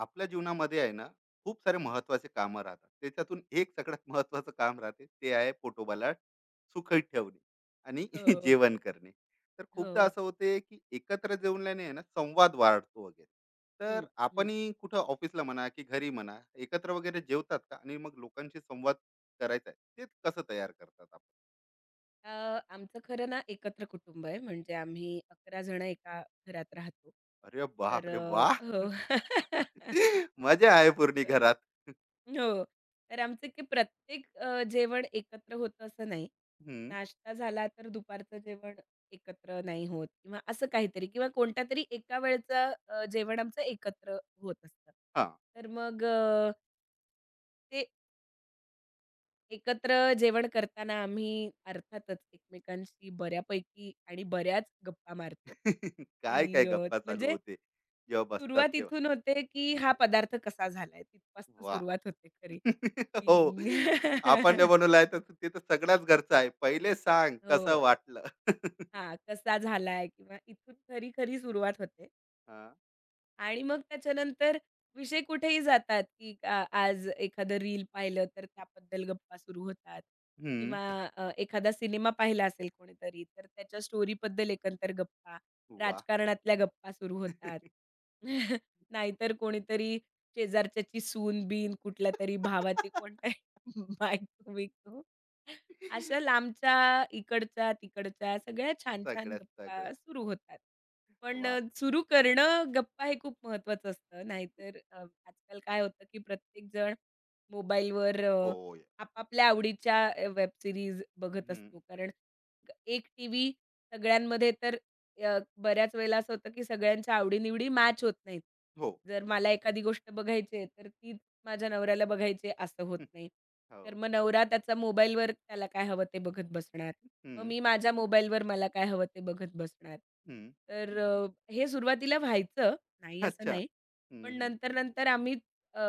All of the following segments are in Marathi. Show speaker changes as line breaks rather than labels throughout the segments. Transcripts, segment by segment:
आपल्या जीवनामध्ये आहे ना खूप सारे महत्वाचे कामं राहतात त्याच्यातून एक सगळ्यात महत्वाचं काम राहते ते आहे पोटोबाला सुखी ठेवणे आणि
हो,
जेवण करणे. तर
हो.
खूपदा असं होते की एकत्र जेवल्याने आहे ना संवाद वाढतो वगैरे. तर
हं, हं.
आपणही कुठं ऑफिसला म्हणा की घरी म्हणा एकत्र वगैरे जेवतात का आणि मग लोकांशी संवाद करायचा आहे ते कसं तयार करतात आपण.
अ, आमचं खरं ना एकत्र कुटुंब आहे. म्हणजे आम्ही 11 जण एका घरात राहतो.
अरे बाप
तर
रे, वा.
हो.
मजा आहे पूर्ण
तर
घरात.
हो. तर आमचं की प्रत्येक जेवण एकत्र होतं असं नाही.
हम्म.
नाश्ता झाला तर दुपारचं जेवण एकत्र नाही होत किंवा असं काहीतरी किंवा कोणत्यातरी एका वेळचं जेवण आमचं एकत्र होत असतं.
हा.
तर मग ते एकत्र जेवण करताना आम्ही अर्थातच एकमेकांशी बऱ्यापैकी आणि बऱ्याच गप्पा मारतो,
काय काय
की
गप्पा चालू
म्हणजे
होते जेव्हा बसतात
सुरुवात
तेव्हा.
इथून होते, की हा पदार्थ कसा झालाय तिथपासून
वा.
सुरुवात होते खरी,
हो.
की
आपण जे बनवलं आहे तर ते तर सगळ्याच घरचं आहे, पहिले सांग
हो.
कसं वाटलं.
हां, कसा झालाय किंवा इथून खरी-खरी सुरुवात होते.
हा.
आणि मग त्याच्यानंतर विषय कुठेही जातात, की आज एखादं रील पाहिलं तर त्याबद्दल गप्पा सुरू होतात
हम्म.
किंवा एखादा सिनेमा पाहिला असेल कोणीतरी, तर त्याच्या स्टोरीबद्दल एकंदर गप्पा,
वा.
राजकारणातल्या गप्पा सुरू होतात. नाहीतर कोणीतरी शेजारच्याची सून-बीन, कुठल्यातरी भावाची कोणतरी बायको-बियको. अशा लांबच्या, इकडच्या, तिकडच्या सगळ्या छान-छान
सगळ्यात सगळ्या.
गप्पा सुरू होतात. पण
वा.
सुरू करणं गप्पा हे खूप महत्त्वाचं असतं. नाहीतर आजकाल काय होतं, की प्रत्येकजण मोबाईलवर
होय.
आपापल्या आवडीच्या वेब सीरीज बघत असतो.
हम्म.
कारण एक टीव्ही सगळ्यांमध्ये तर बऱ्याच वेळेला असं होतं, की सगळ्यांच्या आवडी मॅच होत नाहीत.
हो.
जर मला एखादी गोष्ट बघायची आहे, तर ती माझ्या नवऱ्याला बघायचे असं होत
हम्म.
नाही. तर
हो.
मग नवरा त्याचा मोबाईलवर त्याला काय हवं ते बघत बसणार. मग
हम्म.
मी माझ्या मोबाईलवर मला काय हवं ते बघत बसणार.
हम्म.
तर हे सुरुवातीला व्हायचं, नाही असं
अच्छा.
नाही.
हम्म.
पण
हम्म.
नंतर-नंतर आम्ही अ,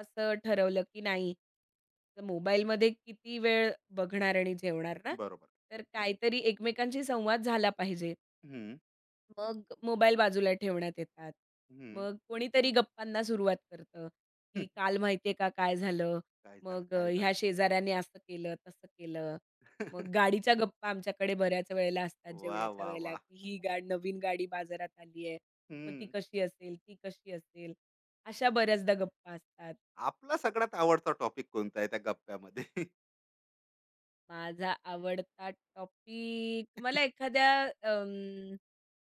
असं ठरवलं की नाही, तर मोबाईलमध्ये किती वेळ बघणार आणि जेवणार ना?
बरोबर.
तर काहीतरी एकमेकांशी संवाद झाला पाहिजे.
हम्म.
मग मोबाईल बाजूला ठेवण्यात येतात.
हम्म.
मग कोणीतरी गप्पांना सुरुवात करतं,
हम्म.
की काल माहिती का काय झालं?
काय झालं,
मग
काय
ह्या
झालं.
शेजाऱ्याने असं केलं, तसं केलं. मग गाडीच्या गप्पा आमच्याकडे बऱ्याच वेळेला असतात
वा,
जेवणाच्या
वा, वा.
वेळेला, की ही नवीन गाडी बाजारात आली आहे. मग ती
हम्म.
कशी असेल? ती कशी असेल? अशा बऱ्याचदा गप्पा असतात.
आपला सगळ्यात आवडता टॉपिक कोणता आहे त्या गप्प्यामध्ये?
माझा आवडता टॉपिक मला एखाद्या अं,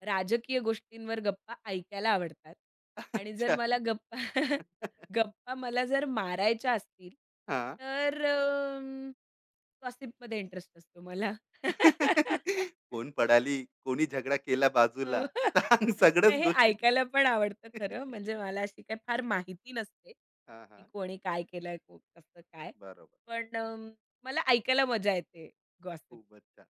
राजकीय गोष्टींवर गप्पा ऐकायला आवडतात आणि जर
अच्छा.
मला गप्पा गप्पा मला जर मारायच्या असतील
हां.
तर गॉसिपमध्ये इंटरेस्ट असतो मला.
कोण पळाली, कोणी झगडा केला बाजूला,
हो.
सांग सगळ्याच
नाही हे
गोष्टी ती.
ऐकायला पण आवडतं खरं, म्हणजे मला अशी काही फार माहिती नसते,
हां,
की
हां.
कोणी काय केलंय, कसं काय.
बरोबर.
पण मला ऐकायला मजा येते गॉसिप.
खूपच छान.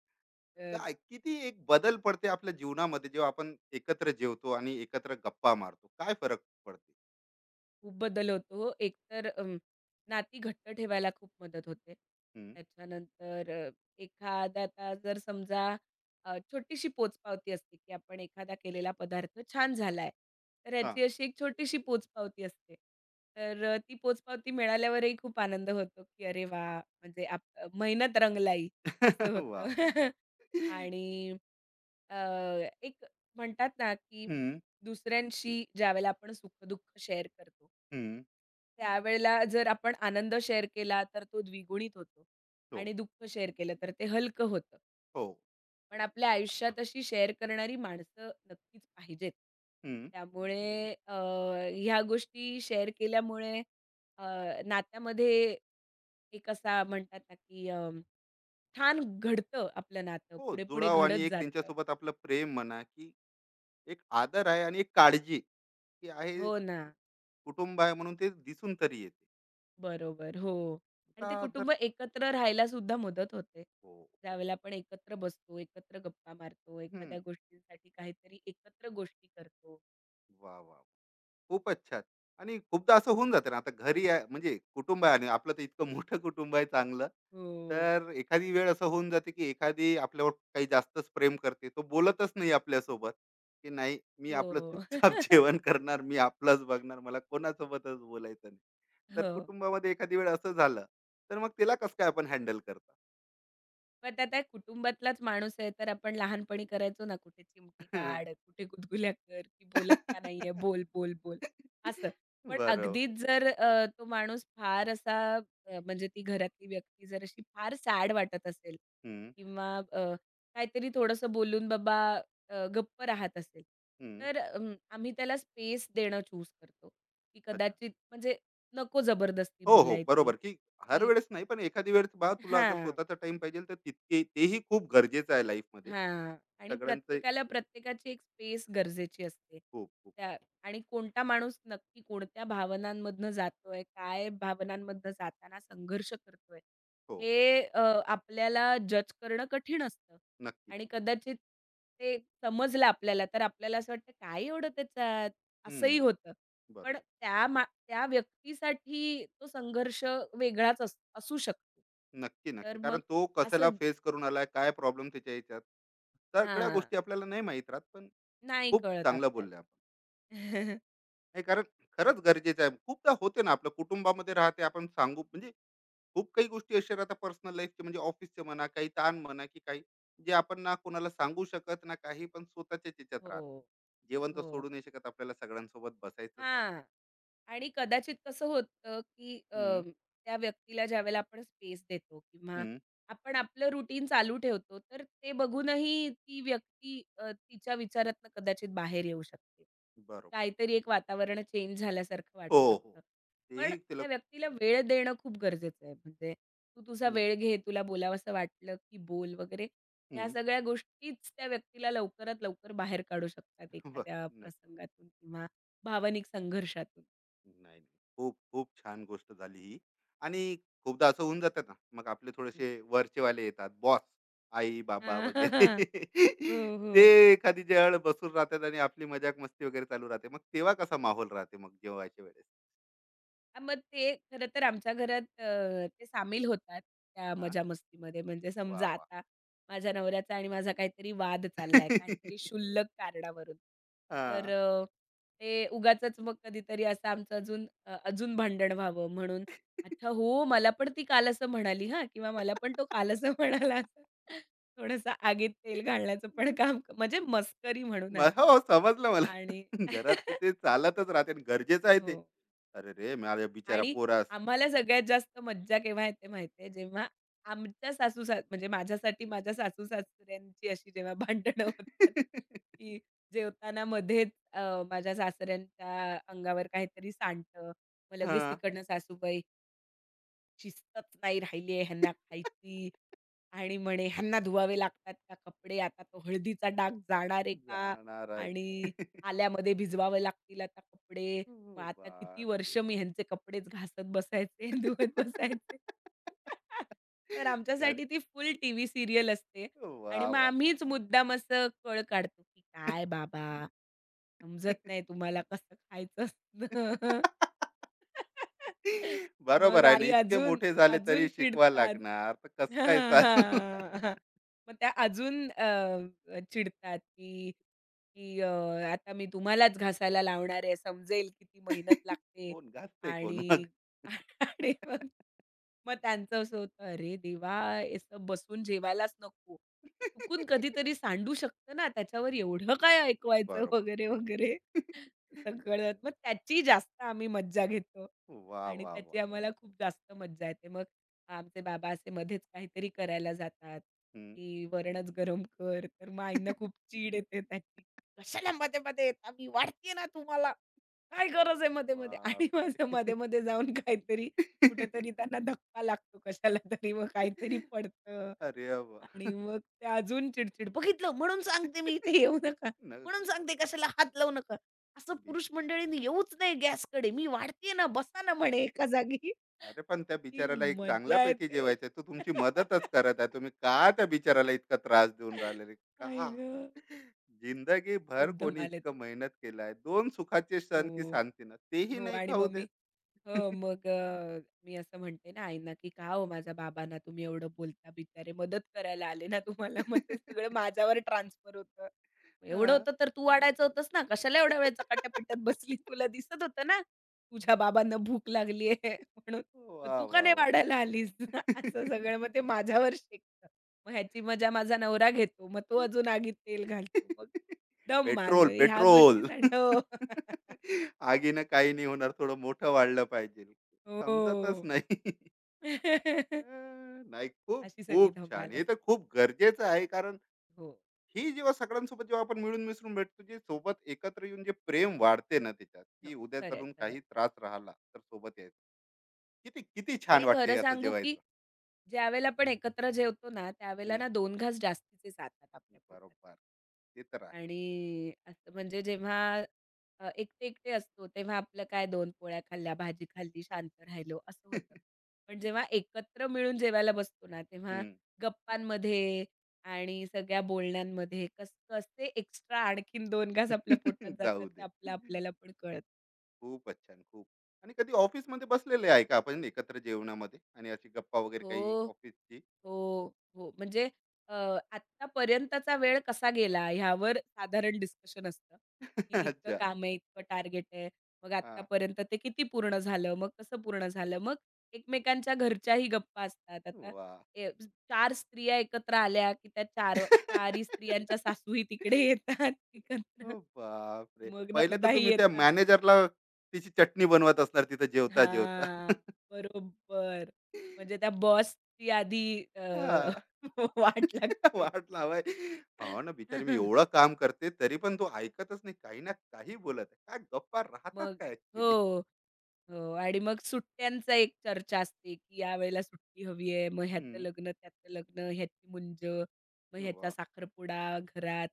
काय किती एक बदल पडते आपल्या जीवनामध्ये जेव्हा आपण एकत्र जेवतो आणि एकत्र गप्पा मारतो. काय फरक पडते?
खूप बदल होतो. एकतर नाती घट्ट ठेवायला खूप मदत होते.
हं.
त्याच्यानंतर एखादा आता जर समजा छोटीशी पोचपावती असते, की आपण एखादा केलेला पदार्थ छान झालाय. तर
हां.
ह्याची अशी एक छोटीशी पोचपावती असते. तर ती पोचपावती मिळाल्यावरही खूप आनंद होतो, की अरे वाह! म्हणजे मेहनत रंगलाई असं होतं.
वाह!
आणि अ, एक म्हणतात ना, की
हं,
दुसऱ्यांशी ज्यावेळेला आपण सुख-दुःख शेअर करतो,
हं.
त्यावेळेला जर आपण आनंद शेअर केला, तर तो द्विगुणित होतो
हो,
आणि दुःख शेअर केलं, तर ते हलकं होतं.
हो.
पण आपल्या आयुष्यात अशी शेअर करणारी माणसं नक्कीच पाहिजेत.
हं.
त्यामुळे ह्या गोष्टी शेअर केल्यामुळे अ, नात्यामध्ये एक असा म्हणतात ना, की छान घडतं आपलं नातं.
हो,
पुढे-पुढे
जुळाव आणि
घडत
एक
जातं.
त्यांच्यासोबत आपलं प्रेम म्हणा, की एक आदर आहे आणि एक काळजी, की आहे
हो ना.
कुटुंब आहे म्हणून ते दिसून तरी येते.
बरोबर. हो. आणि
आता
ते
जर
कुटुंब एकत्र राहायला सुद्धा मदत होते.
हो, हो.
ज्यावेळेला आपण एकत्र बसतो, एकत्र गप्पा मारतो,
हं.
एखाद्या गोष्टींसाठी काहीतरी एकत्र गोष्टी करतो.
वाह, वाह! खूपच छान. आणि खूपदा असं होऊन जातं ना, आता घरी आहे म्हणजे कुटुंब आहे आणि आपलं तर इतकं मोठं कुटुंब आहे चांगलं.
हो.
तर एखादी वेळ असं होऊन जाते, की एखादी आपल्यावर काही जास्तच प्रेम करते. तो बोलतच नाही आपल्यासोबत, की नाही मी आपलं
हो.
चुपचाप जेवण करणार, मी आपलंच बघणार, मला कोणासोबतच बोलायचं नाही. तर
हो.
कुटुंबामध्ये एखादी वेळ असं झालं, तर मग तिला कसं काय आपण हँडल करता?
पण त्यात त्या कुटुंबातलाच माणूस आहे, तर आपण लहानपणी करायचो ना, कुठे चिमटी काढ, कुठे गुदगुल्या कर, की बोलत का नाही बोल, बोल, बोल, असं. पण
बरोबर.
अगदीच जर तो माणूस फार असा म्हणजे ती घरातली व्यक्ती जर अशी फार सॅड वाटत असेल
हं,
किंवा काहीतरी थोडंसं बोलून बाबा गप्प राहत असेल,
हं.
तर आम्ही त्याला स्पेस देणं चूज करतो, की
अच्छा.
कदाचित म्हणजे नको जबरदस्ती
हो, हो.
बोलायची,
बरोबर, की हर
की
वेळेस नाही, पण एखादी वेळेस बघा तुला अगर
हां.
स्वतःचा टाईम पाहिजेल तर तितके तेही खूप गरजेचं आहे लाईफमध्ये.
हां. आणि
सगळ्यांचं
प्रत्येकाला प्रत्येकाची एक स्पेस गरजेची असते.
खूप, खूप.
त्या आणि कोणता माणूस नक्की कोणत्या भावनांमधनं जातोय, काय भावनांमधनं जाताना संघर्ष करतोय,
हो,
हे आपल्याला जज करणं कठीण असतं.
नक्की.
आणि कदाचित ते समजलं आपल्याला, तर आपल्याला असं वाटतं, "काय एवढं त्याच्यात?"
हं,
असंही होतं. पण
बरोबर.
त्या त्या व्यक्तीसाठी तो संघर्ष वेगळाच असू शकतो.
नक्की,
तर
नक्की.
मग
कारण तो कशाला
असं
फेस करून आलाय, काय प्रॉब्लेम त्याच्या ह्याच्यात, सगळ्या
हां.
गोष्टी आपल्याला नाही माहीत राहत, पण
नाही
खूप
कळत
चांगलं बोलले
आपल्याला.
आपण. नाही कारण खरंच गरजेचं आहे. खूपदा होते ना आपलं कुटुंबामध्ये राहते आपण सांगू म्हणजे खूप काही गोष्टी अशा राहतात पर्सनल लाईफचे म्हणजे ऑफिसचे म्हणा काही ताण म्हणा की काही जे आपण ना कोणाला सांगू शकत ना काही पण स्वतःच्या त्याच्यात राहत
हो,
जेवण तर
हो.
सोडू नाही शकत आपल्याला सगळ्यांसोबत बसायचंच आहे.
हां. आणि कदाचित कसं होतं, की
हम्म,
त्या व्यक्तीला ज्यावेळेला आपण स्पेस देतो किंवा
हम्म,
आपण आपलं रुटीन चालू ठेवतो, तर ते बघूनही ती व्यक्ती तिच्या विचारातनं कदाचित बाहेर येऊ शकते.
बरोबर.
काहीतरी एक वातावरण चेंज झाल्यासारखं
हो,
वाटू
हो.
शकतं. पण
तेही तिला
त्या व्यक्तीला वेळ देणं खूप गरजेचं आहे. म्हणजे तू तुझा वेळ
नक्की.
घे, तुला बोलावसं वाटलं की बोल वगैरे. ह्या
हम्म,
सगळ्या गोष्टीच त्या व्यक्तीला लवकरात लवकर बाहेर काढू शकतात
बर.
एखाद्या
नक्की.
प्रसंगातून किंवा भावनिक संघर्षातून.
नाही, नाही. खूप, खूप छान गोष्ट झाली ही. आणि खूपदा असं होऊन जातं ना, मग आपले
हं.
थोडेसे वरचेवाले येतात, बॉस, आई-बाबा
हां.
वगैरे.
हो,
ते
हो.
एखादी जळ बसून राहतात आणि आपली मजाक-मस्ती वगैरे चालू राहते. मग तेव्हा कसा माहोल राहते मग जेवायच्या वेळेस?
मग ते खरं तर आमच्या घरात ते सामील होतात त्या
हां,
मजा-मस्तीमध्ये. म्हणजे
वाह,
समजा
वाह!
आता माझ्या नवऱ्याचा आणि माझा काहीतरी वाद चाललाय, काहीतरी क्षुल्लक कारणावरून. तर
हां.
ते उगाचच मग कधीतरी असं आमचं अजून अजून भांडण व्हावं म्हणून, "अच्छा हो, मला पण ती काल असं म्हणाली हां" किंवा "मला पण तो काल असं म्हणाला" असं थोडंसं आगीत तेल घालण्याचं पण काम म्हणजे मस्करी म्हणून
मग
अर्थात.
हो, समजलं मला.
आणि
घरात तर ते चालतच राहते आणि गरजेचं आहे
हो.
ते. "अरे रे, माझ्या बिचारा
आणि
पोरास."
आम्हाला सगळ्यात जास्त मज्जा केव्हा येते माहिती आहे, जेव्हा आमच्या सासू सास म्हणजे माझ्यासाठी माझ्या सासू-सासऱ्यांची अशी जेव्हा भांडणं होतात, की जेवताना मध्येच माझ्या सासऱ्यांच्या अंगावर काहीतरी सांडतं. मग लगेच
हां.
तिकडनं सासूबाई शिस्तच नाही राहिली आहे, ह्यांना खायची आणि म्हणे ह्यांना धुवावे लागतात का कपडे? आता तो हळदीचा डाग जाणार आहे का?
जाणार आहे.
आणि आल्यामध्ये भिजवावे लागतील आता कपडे. मग
ओ
आता किती
बापरे!
वर्ष मी ह्यांचे कपडेच घासत बसायचे, धुवत बसायचे. तर
घर.
आमच्यासाठी ती फुल टीव्ही सीरियल असते आणि
वाह!
मग
वाह!
आम्हीच मुद्दाम असं कळ काढतो, की "काय बाबा, समजत नाही तुम्हाला कसं खायचं असतं?" मग
बरोबर आहे ना.
आई
इतके
अजून,
मोठे झाले तरी
अजून
शिकवा
चिडतात.
लागणार. तर कसं काय
हां,
चालणार?
हां, हां. मग त्या अजून चिडतात, की की अ, आता मी तुम्हालाच घासायला लावणार आहे. समजेल किती मेहनत लागते
कोण घासते कोण मग?
आणि आणि मग मग त्यांचं असं होतं, "अरे देवा! असं बसून जेवायलाच नको. चुकून कधीतरी सांडू शकतं ना, त्याच्यावर एवढं काय ऐकवायचं?"
बरोबर.
वगैरे, वगैरे. सगळं. मग त्याची जास्त आम्ही मज्जा घेतो
वाह!
आणि
वाह! वाह!
त्याची आम्हाला खूप जास्त मज्जा येते. मग आमचे बाबा असे मध्येच काहीतरी करायला जातात,
हं.
की "वरणच गरम कर." तर मग आईंना खूप चीड येते त्याची. "कशाला मध्ये-मध्ये येता? मी वाढतीये ना तुम्हाला." काय गरज आहे
अरे
मध्ये-मध्ये? आणि माझं
बापरे!
मध्ये-मध्ये जाऊन काहीतरी कुठेतरी त्यांना धक्का लागतो कशाला तरी मग काहीतरी पडतं
अरे
आणि
वाह!
मग ते अजून चिडचिड "बघितलं म्हणून सांगते मी इथे येऊ नका. म्हणून सांगते कशाला हात लावू नका. असं पुरुष मंडळींनी येऊच नाही गॅसकडे. मी वाढतीये ना, बसा ना" म्हणे एका जागी.
अरे पण त्या
ती
बिचाराला एक
मजा
चांगल्यापैकी
येते.
जेवायचं आहे. तो तुमची मदतच करत आहे, तुम्ही का त्या बिचाराला इतका त्रास देऊन राहिलेले का?
आई गं!
जिंदगी भर
खूप
कोणी
धमाल
इतकं
येते.
मेहनत केलाय, दोन सुखाचे सण की
हो.
शांतीनं तेही
हो
नाही
आणि
खाऊ
मम्मी
देत.
हो, मग मी असं म्हणते ना आईंना, की "का हो माझ्या बाबांना तुम्ही एवढं बोलता? बिचारे मदत करायला आले ना तुम्हाला." मग ते सगळं माझ्यावर ट्रान्सफर होतं. "एवढं
हा.
होतं तर तू वाढायचं होतंस ना, कशाला एवढ्या वेळ चकाट्या पिटत बसली? तुला दिसत होतं ना, तुझ्या बाबांना भूक लागली आहे म्हणून. मग
वा,
तू का
वा,
नाही
वा.
वाढायला आलीस?" असं सगळं मग ते माझ्यावर शेकतं. मग ह्याची मजा माझा नवरा घेतो. मग तो अजून आगीत तेल घालतो. मग धमाल.
पेट्रोल,
म्हणजे ह्या
पेट्रोल.
गोष्टी साऱ्या हो.
आगीनं काही नाही होणार, थोडं मोठं वाढलं पाहिजे. समजतच
हो.
नाही. नाही, खूप
अशी सगळी
खूप छान,
धमाल
हे तर
असते.
खूप गरजेचं आहे कारण
हो.
ही जेव्हा सगळ्यांसोबत जेव्हा आपण मिळून मिसळून भेटतो, जे सोबत एकत्र येऊन जे प्रेम वाढते ना त्याच्यात,
हो.
की उद्या
खरं
चालून
आहे,
काही त्रास राहिला तर सोबत यायचं. किती किती छान
आणि
वाटते हे
खरं
असं
सांगू, की
जेवायचं.
ज्यावेळेला आपण एकत्र जेवतो ना, त्यावेळेला
हम्म,
ना दोन घास जास्तीचे जातात आपल्या पोटात.
बरोबर. ते तर आहे.
आणि असं म्हणजे जेव्हा एकटे-एकटे असतो, तेव्हा आपलं काय 2 पोळ्या खाल्ल्या, भाजी खाल्ली, शांत राहिलो, असं होतं. पण जेव्हा एकत्र मिळून जेवायला बसतो ना, तेव्हा
हम्म.
गप्पांमध्ये आणि सगळ्या बोलण्यांमध्ये कसे एक्स्ट्रा आणखीन 2 घास आपल्या पोटात जातात,
जाऊ
ते
दे.
आपलं आपल्याला पण कळत
खूपच छान, खूप. आणि कधी ऑफिस मध्ये बसलेले आहे का आपण एकत्र जेवणामध्ये आणि अशी गप्पा वगैरे काही
हो.
ऑफिसची?
हो, हो. म्हणजे अ, आत्तापर्यंतचा वेळ कसा गेला ह्यावर साधारण डिस्कशन असतं, की इतकं
अच्छा.
काम आहे, इतकं टार्गेट आहे. मग
हा.
आत्तापर्यंत ते किती पूर्ण झालं? मग कसं पूर्ण झालं? मग एकमेकांच्या घरच्याही गप्पा असतात. आता
वा.
ए 4 स्त्रिया एकत्र आल्या, की त्या 4 चारही स्त्रियांच्या सासूही तिकडे येतात एकत्र.
ओ बापरे!
मग
पहिले तर
नणदाही
तुम्ही त्या
येतात.
मॅनेजरला तिची चटणी बनवत असणार तिथं जेवता-जेवता.
हां, बरोबर. म्हणजे त्या बॉसची आधी
हां.
वाट लागते.
वाट लावाय. हो ना, बिचारी मी एवढं काम करते, तरी पण तो ऐकतच नाही. काही ना काही बोलत आहे. काय गप्पा राहतात
मग
काय ॲक्चुअली?
हो. हो आणि मग सुट्ट्यांचा एक चर्चा असते, की यावेळेला सुट्टी हवी आहे. मग ह्याचं
हं.
लग्न, त्याचं लग्न, ह्याची मुंज, मग ह्याचा
वाह!
साखरपुडा घरात.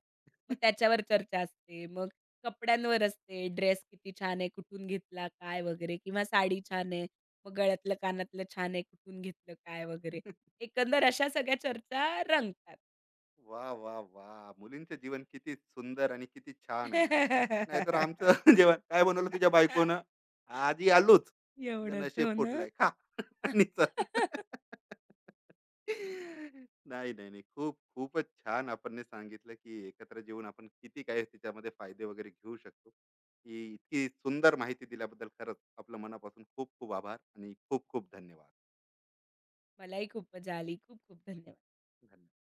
मग त्याच्यावर चर्चा असते. मग कपड्यांवर असते, ड्रेस किती छान आहे, कुठून घेतला, काय वगैरे किंवा साडी छान आहे, मग गळ्यातलं, कानातलं छान आहे, कुठून घेतलं, काय वगैरे. एकंदर अशा सगळ्या चर्चा रंगतात.
वाह! वाह! वाह! मुलींचं जीवन किती सुंदर आणि किती छान आहे ना. नाहीतर आमचं जेवण काय बनवलं तुझ्या बायकोनं? "आजी आलूच. तुझं
एवढंच.
नशीब
हो ना.
फुटलंय, खा." आणि चल. नाही, नाही, नाही. खूप खूपच छान आपण सांगितलं, की एकत्र जेवून आपण किती काय त्याच्यामध्ये फायदे वगैरे घेऊ शकतो. ही इतकी सुंदर माहिती दिल्याबद्दल खरंच आपलं मनापासून खूप खूप आभार आणि खूप खूप धन्यवाद.
मलाही खूप मजा आली. खूप खूप धन्यवाद.
धन्यवाद.